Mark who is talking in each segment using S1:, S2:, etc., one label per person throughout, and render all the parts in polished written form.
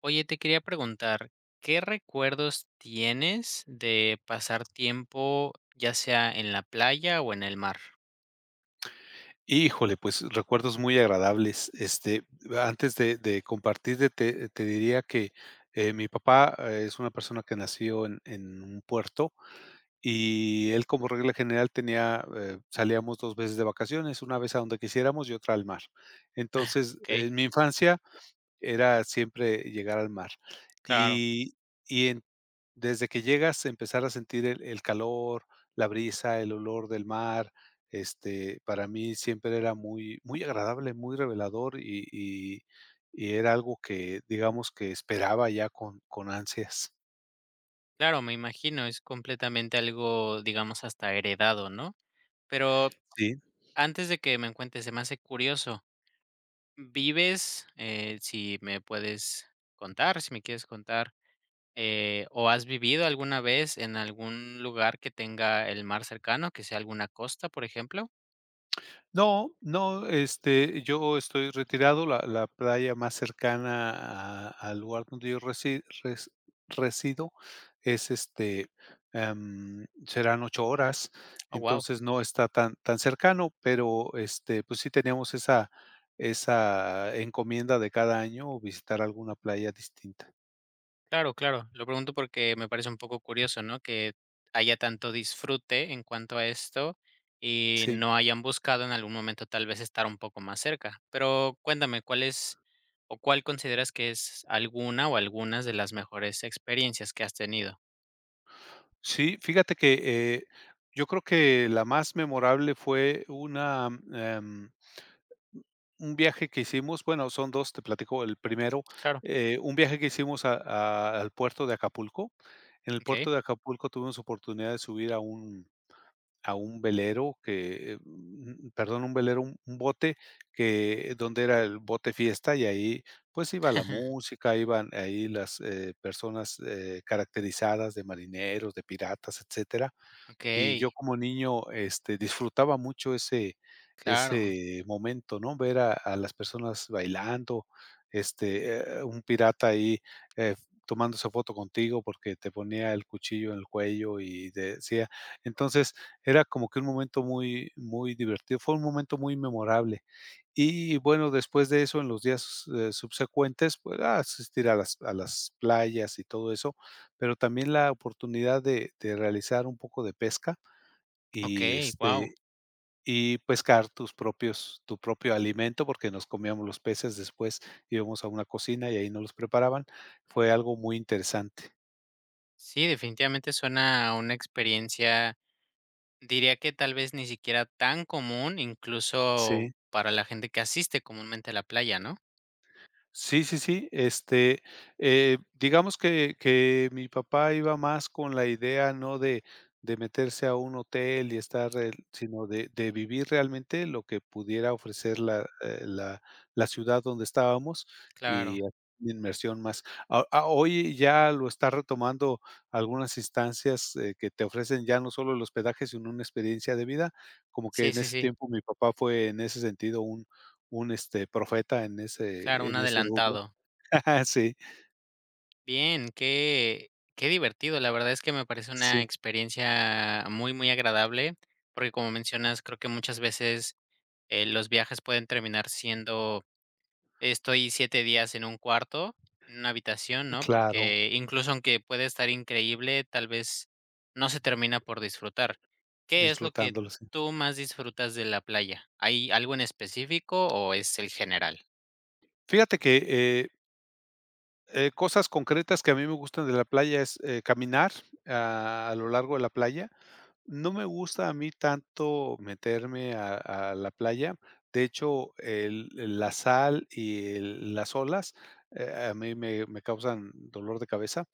S1: Oye, te quería preguntar, ¿qué recuerdos tienes de pasar tiempo, ya sea en la playa o en el mar?
S2: Híjole, pues recuerdos muy agradables. Antes de compartirte, te diría que mi papá es una persona que nació en un puerto y él como regla general tenía, salíamos dos veces de vacaciones, una vez a donde quisiéramos y otra al mar. Entonces, en
S1: Okey,
S2: mi infancia era siempre llegar al mar.
S1: claro,
S2: Y y en Desde que llegas, empezar a sentir el calor, la brisa, el olor del mar, para mí siempre era muy muy agradable, muy revelador y era algo que, digamos, que esperaba ya con ansias.
S1: claro, me imagino, es completamente algo, digamos, hasta heredado, ¿no? Pero
S2: Sí.
S1: antes de que me cuentes, se me hace curioso, ¿vives, si me puedes contar, si me quieres contar, o has vivido alguna vez en algún lugar que tenga el mar cercano, que sea alguna costa, por ejemplo?
S2: No, no, yo estoy retirado. La playa más cercana a al lugar donde yo resido es, serán 8 horas,
S1: Oh, wow.
S2: entonces no está tan cercano, pero, pues sí teníamos esa encomienda de cada año visitar alguna playa distinta.
S1: Claro, claro. Lo pregunto porque me parece un poco curioso, ¿no? Que haya tanto disfrute en cuanto a esto y
S2: Sí.
S1: no hayan buscado en algún momento tal vez estar un poco más cerca. Pero cuéntame, ¿cuál es o cuál consideras que es alguna o algunas de las mejores experiencias que has tenido?
S2: Sí, fíjate que, yo creo que la más memorable fue una, em un viaje que hicimos, bueno, son dos. Te platico el primero,
S1: Claro,
S2: un viaje que hicimos a al puerto de Acapulco. En el
S1: okey.
S2: puerto de Acapulco tuvimos oportunidad de subir a un velero que, perdón, un velero, un bote que donde era el bote fiesta y ahí, pues, iba la música, iban ahí las, personas, caracterizadas de marineros, de piratas, etcétera. Y yo
S1: Okey,
S2: como niño, disfrutaba mucho ese
S1: claro,
S2: ese momento, ¿no? Ver a las personas bailando, un pirata ahí, eh, tomándose foto contigo porque te ponía el cuchillo en el cuello y te decía. Entonces, era como que un momento muy muy divertido, fue un momento muy memorable. Y bueno, después de eso, en los días, subsecuentes, pues, asistir a las playas y todo eso, pero también la oportunidad de realizar un poco de pesca. Y,
S1: okey, wow.
S2: este, y pescar tus propios tu propio alimento, porque nos comíamos los peces, después íbamos a una cocina y ahí nos los preparaban. Fue algo muy interesante.
S1: Sí, definitivamente suena a una experiencia. Diría que tal vez ni siquiera tan común, incluso
S2: Sí.
S1: para la gente que asiste comúnmente a la playa, ¿no?
S2: Sí, sí, sí, digamos que mi papá iba más con la idea, no de meterse a un hotel y estar el, sino de vivir realmente lo que pudiera ofrecer la ciudad donde estábamos y
S1: Claro.
S2: hacer una inmersión más. A hoy ya lo está retomando algunas instancias, que te ofrecen ya no solo el hospedaje, sino una experiencia de vida, como que
S1: Sí,
S2: en
S1: sí,
S2: ese
S1: sí.
S2: tiempo mi papá fue en ese sentido un profeta en
S1: Claro,
S2: ese
S1: un
S2: en ese rubro.
S1: adelantado.
S2: Sí,
S1: Bien, qué divertido. La verdad es que me parece una
S2: sí,
S1: experiencia muy, muy agradable, porque como mencionas, creo que muchas veces, los viajes pueden terminar siendo. Estoy 7 días en un cuarto, en una habitación, ¿no?
S2: claro,
S1: Porque incluso aunque puede estar increíble, tal vez no se termina por disfrutar. ¿Qué es lo que
S2: disfrutándolo, sí.
S1: tú más disfrutas de la playa? ¿Hay algo en específico o es el general?
S2: Fíjate que, eh cosas concretas que a mí me gustan de la playa es, caminar a lo largo de la playa. No me gusta a mí tanto meterme a la playa. De hecho, la sal y el las olas, a mí me causan dolor de cabeza,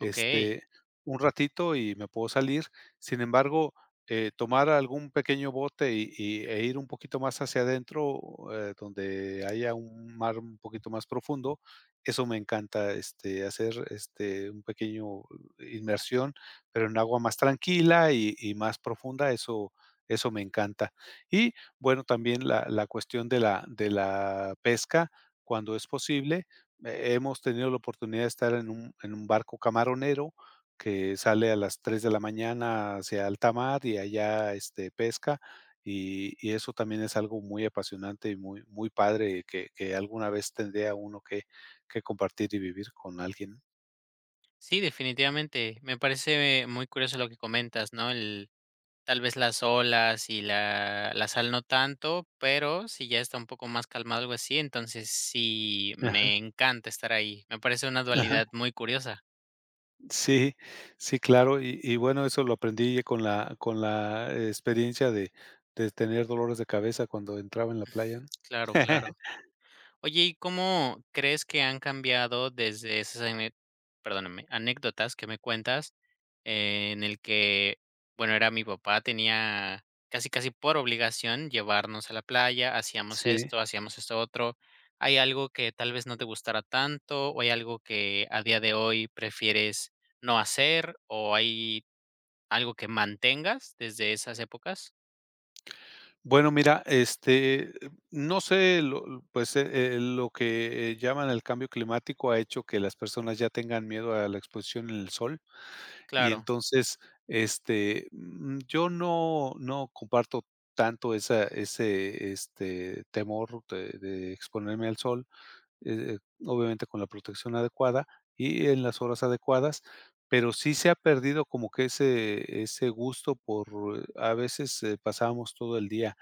S1: Okey.
S2: un ratito y me puedo salir. Sin embargo, tomar algún pequeño bote y ir un poquito más hacia adentro, donde haya un mar un poquito más profundo, eso me encanta, hacer, un pequeño inmersión, pero en agua más tranquila y más profunda, eso me encanta. Y bueno, también la cuestión de la pesca, cuando es posible, he hemos tenido la oportunidad de estar en un barco camaronero que sale a las 3 de la mañana hacia alta mar y allá, pesca, y eso también es algo muy apasionante y muy muy padre que alguna vez tendría uno que compartir y vivir con alguien.
S1: Sí, definitivamente. Me parece muy curioso lo que comentas, ¿no? El, tal vez las olas y la sal no tanto, pero si ya está un poco más calmado, algo así, entonces sí, me
S2: Ajá,
S1: encanta estar ahí. Me parece una
S2: ajá.
S1: dualidad muy curiosa.
S2: Sí, sí, claro. Y bueno, eso lo aprendí con la experiencia de tener dolores de cabeza cuando entraba en la playa, ¿no?
S1: Claro, claro. Oye, ¿y cómo crees que han cambiado desde esas ane, perdóname, anécdotas que me cuentas, en el que, bueno, era mi papá, tenía casi, casi por obligación llevarnos a la playa,
S2: Sí.
S1: hacíamos esto otro? ¿Hay algo que tal vez no te gustara tanto, o hay algo que a día de hoy prefieres no hacer, o hay algo que mantengas desde esas épocas?
S2: Bueno, mira, no sé, lo que llaman el cambio climático ha hecho que las personas ya tengan miedo a la exposición en el sol. Y
S1: Claro,
S2: entonces, yo no comparto tanto esa ese, temor de exponerme al sol, eh, eh, obviamente con la protección adecuada y en las horas adecuadas, pero sí se ha perdido como que ese gusto por, a veces, pasábamos todo el día,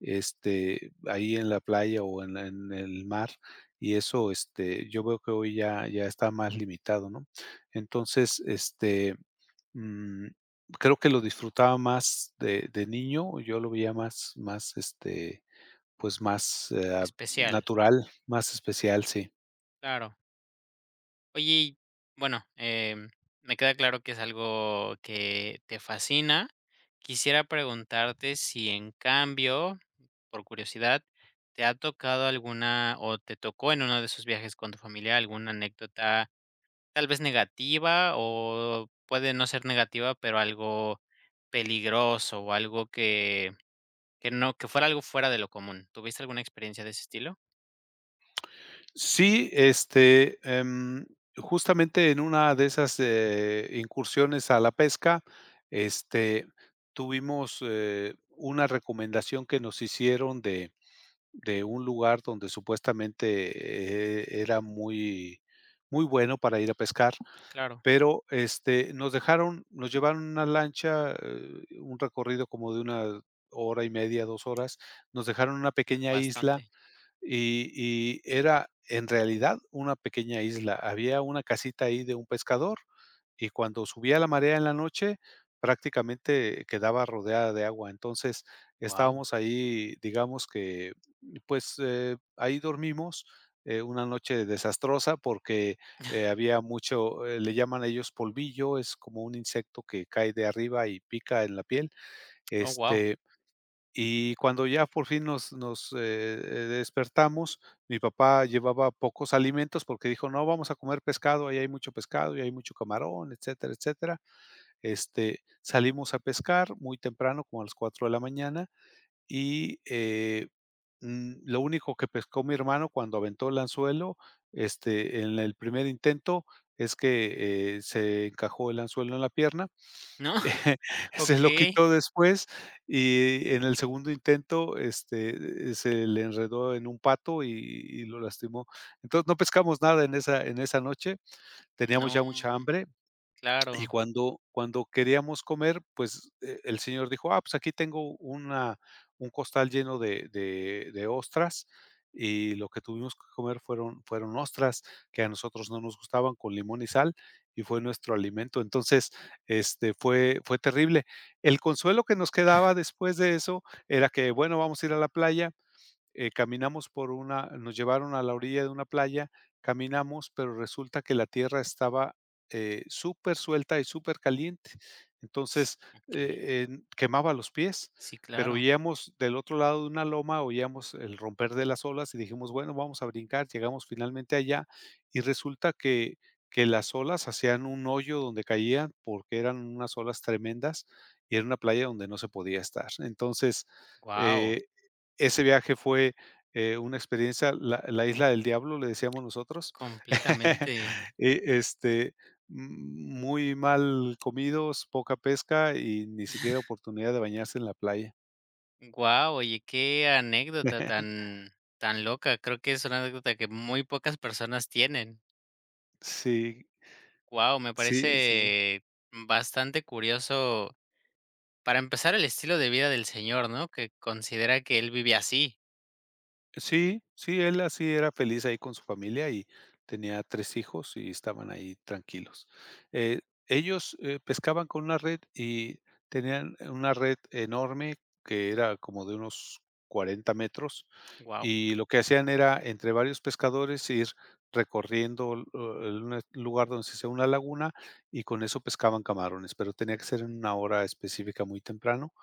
S2: ahí en la playa o en el mar, y eso, yo veo que hoy ya ya está más limitado, ¿no? Entonces, mm, creo que lo disfrutaba más de niño, yo lo veía más
S1: especial,
S2: natural, más especial, sí.
S1: claro. Oye, y bueno, em, me queda claro que es algo que te fascina. Quisiera preguntarte si en cambio, por curiosidad, ¿te ha tocado alguna o te tocó en uno de esos viajes con tu familia alguna anécdota tal vez negativa o puede no ser negativa, pero algo peligroso o algo que no, que fuera algo fuera de lo común? ¿Tuviste alguna experiencia de ese estilo?
S2: Sí, justamente en una de esas, incursiones a la pesca, este, tuvimos, una recomendación que nos hicieron de un lugar donde supuestamente, era muy muy bueno para ir a pescar,
S1: Claro,
S2: pero, nos llevaron en una lancha, un recorrido como de 1 hora y media, 2 horas, nos dejaron una
S1: mm,
S2: pequeña isla,
S1: bastante.
S2: y era en realidad una pequeña isla. Había una casita ahí de un pescador, y cuando subía la marea en la noche, prácticamente quedaba rodeada de agua. Entonces,
S1: Wow.
S2: estábamos ahí, digamos que, pues, ahí dormimos, una noche desastrosa porque, había mucho, le llaman ellos polvillo, es como un insecto que cae de arriba y pica en la piel.
S1: Oh, wow.
S2: este y cuando ya por fin nos despertamos, mi papá llevaba pocos alimentos porque dijo: "No, vamos a comer pescado, ahí hay mucho pescado y hay mucho camarón, etcétera, etcétera". Salimos a pescar muy temprano, como a las 4 de la mañana, y lo único que pescó mi hermano cuando aventó el anzuelo, en el primer intento es que, se encajó el anzuelo en la pierna.
S1: ¿No?
S2: Se lo
S1: Okey.
S2: quitó después y en el segundo intento, se le enredó en un pato y lo lastimó. Entonces, no pescamos nada en esa noche,
S1: No,
S2: teníamos ya mucha hambre y
S1: claro,
S2: cuando queríamos comer, pues, el señor dijo: "Ah, pues aquí tengo una un costal lleno de ostras", y lo que tuvimos que comer fueron ostras que a nosotros no nos gustaban, con limón y sal, y fue nuestro alimento. Entonces, fue terrible. El consuelo que nos quedaba después de eso era que, bueno, vamos a ir a la playa. Caminamos por una Nos llevaron a la orilla de una playa, caminamos, pero resulta que la tierra estaba, súper suelta y súper caliente. Entonces,
S1: okey.
S2: en quemaba los pies,
S1: Sí,
S2: pero
S1: claro.
S2: oíamos del otro lado de una loma, oíamos el romper de las olas y dijimos: "Bueno, vamos a brincar". Llegamos finalmente allá y resulta que las olas hacían un hoyo donde caían, porque eran unas olas tremendas y era una playa donde no se podía estar. Entonces,
S1: Guau,
S2: eh ese viaje fue, una experiencia, la isla del diablo, le decíamos nosotros.
S1: completamente.
S2: Eh, este, Muy mal comidos, poca pesca y ni siquiera oportunidad de bañarse en la playa.
S1: Guau, oye, qué anécdota tan tan loca. Creo que es una anécdota que muy pocas personas tienen.
S2: Sí,
S1: Guau, me
S2: sí, sí, sí.
S1: parece bastante curioso, para empezar, el estilo de vida del señor, ¿no? Que considera que él vive así.
S2: Sí, sí, él así era feliz ahí con su familia y tenía 3 hijos y estaban ahí tranquilos. Eh, ellos, pescaban con una red y tenían una red enorme que era como de unos 40 metros.
S1: Guau.
S2: Y lo que hacían era, entre varios pescadores, ir recorriendo, un lugar donde se hacía una laguna y con eso pescaban camarones, pero tenía que ser en una hora específica muy temprano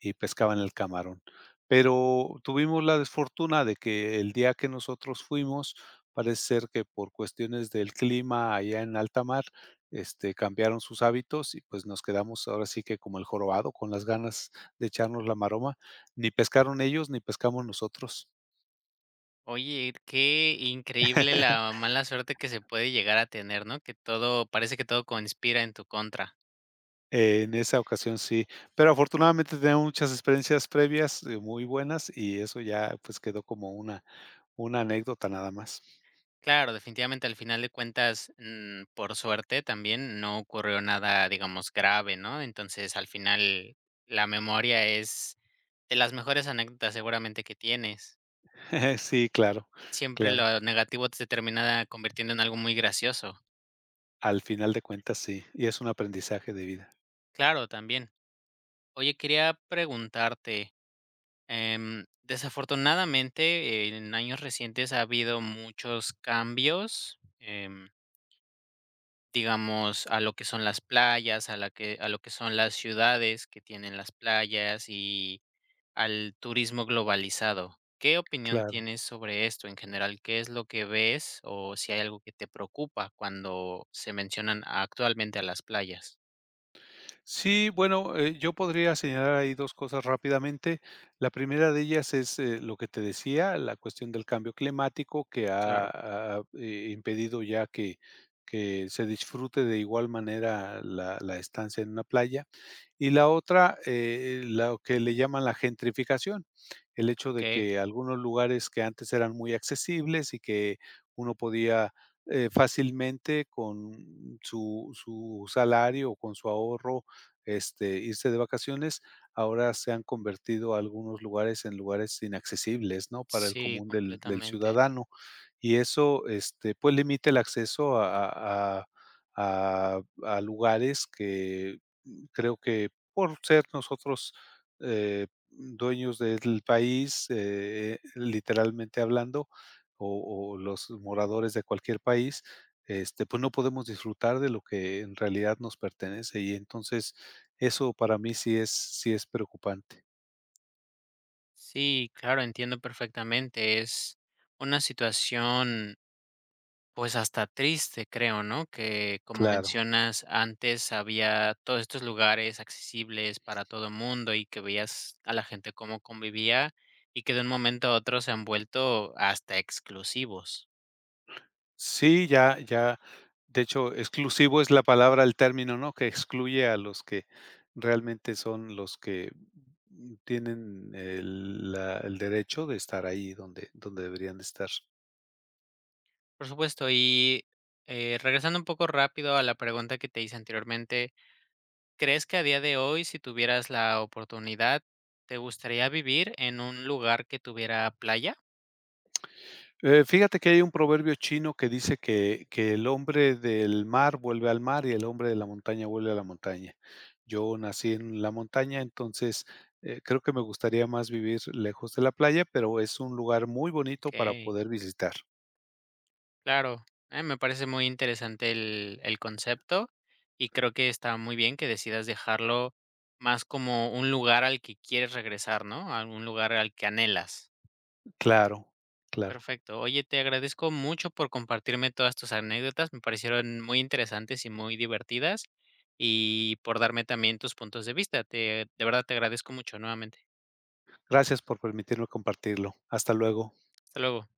S2: y pescaban el camarón. Pero tuvimos la desfortuna de que el día que nosotros fuimos, parece ser que por cuestiones del clima allá en alta mar, cambiaron sus hábitos y pues nos quedamos ahora sí que como el jorobado, con las ganas de echarnos la maroma. Ni pescaron ellos, ni pescamos nosotros.
S1: Oye, qué increíble la mala suerte que se puede llegar a tener, ¿no? Que todo parece que todo conspira en tu contra.
S2: En esa ocasión sí, pero afortunadamente tenía muchas experiencias previas, muy buenas, y eso ya, pues, quedó como una anécdota, nada más.
S1: Claro, definitivamente, al final de cuentas, mm, por suerte también no ocurrió nada, digamos, grave, ¿no? Entonces, al final, la memoria es de las mejores anécdotas seguramente que tienes.
S2: Sí, claro,
S1: Siempre
S2: claro.
S1: lo negativo te termina convirtiendo en algo muy gracioso.
S2: Al final de cuentas, sí, y es un aprendizaje de vida.
S1: Claro, también. Oye, quería preguntarte, em, desafortunadamente, en años recientes ha habido muchos cambios. Em, digamos, a lo que son las playas, a la que a lo que son las ciudades que tienen las playas y al turismo globalizado. ¿Qué opinión
S2: Claro.
S1: tienes sobre esto en general? ¿Qué es lo que ves o si hay algo que te preocupa cuando se mencionan actualmente a las playas?
S2: Sí, bueno, yo podría señalar ahí 2 cosas rápidamente. La primera de ellas es, lo que te decía, la cuestión del cambio climático que ha
S1: Claro,
S2: ha, eh, impedido ya que se disfrute de igual manera la estancia en una playa. Y la otra, lo que le llaman la gentrificación, el hecho de
S1: okey,
S2: que algunos lugares que antes eran muy accesibles y que uno podía, fácilmente con su salario o con su ahorro, irse de vacaciones, ahora se han convertido algunos lugares en lugares inaccesibles, ¿no?, para el
S1: sí,
S2: común del
S1: completamente.
S2: ciudadano, y eso, pues, limita el acceso a lugares que, creo que por ser nosotros, dueños del país, literalmente hablando, o los moradores de cualquier país, pues, no podemos disfrutar de lo que en realidad nos pertenece, y entonces eso para mí sí es preocupante.
S1: Sí, claro, entiendo perfectamente, es una situación. Pues hasta triste, creo, ¿no? Que como
S2: Claro.
S1: mencionas, antes había todos estos lugares accesibles para todo mundo y que veías a la gente cómo convivía y que de un momento a otro se han vuelto hasta exclusivos.
S2: Sí, ya ya, de hecho, exclusivo es la palabra, el término, ¿no?, que excluye a los que realmente son los que tienen el derecho de estar ahí donde deberían de estar.
S1: Por supuesto, y regresando un poco rápido a la pregunta que te hice anteriormente, ¿crees que a día de hoy, si tuvieras la oportunidad, te gustaría vivir en un lugar que tuviera playa?
S2: Fíjate que hay un proverbio chino que dice que el hombre del mar vuelve al mar y el hombre de la montaña vuelve a la montaña. Yo nací en la montaña, entonces, creo que me gustaría más vivir lejos de la playa, pero es un lugar muy bonito
S1: Ok.
S2: para poder visitar.
S1: Claro, me parece muy interesante el concepto y creo que está muy bien que decidas dejarlo más como un lugar al que quieres regresar, ¿no? A un lugar al que anhelas.
S2: Claro, claro.
S1: Perfecto. Oye, te agradezco mucho por compartirme todas tus anécdotas. Me parecieron muy interesantes y muy divertidas y por darme también tus puntos de vista. Te, de verdad te agradezco mucho nuevamente.
S2: Gracias por permitirme compartirlo. Hasta luego.
S1: Hasta luego.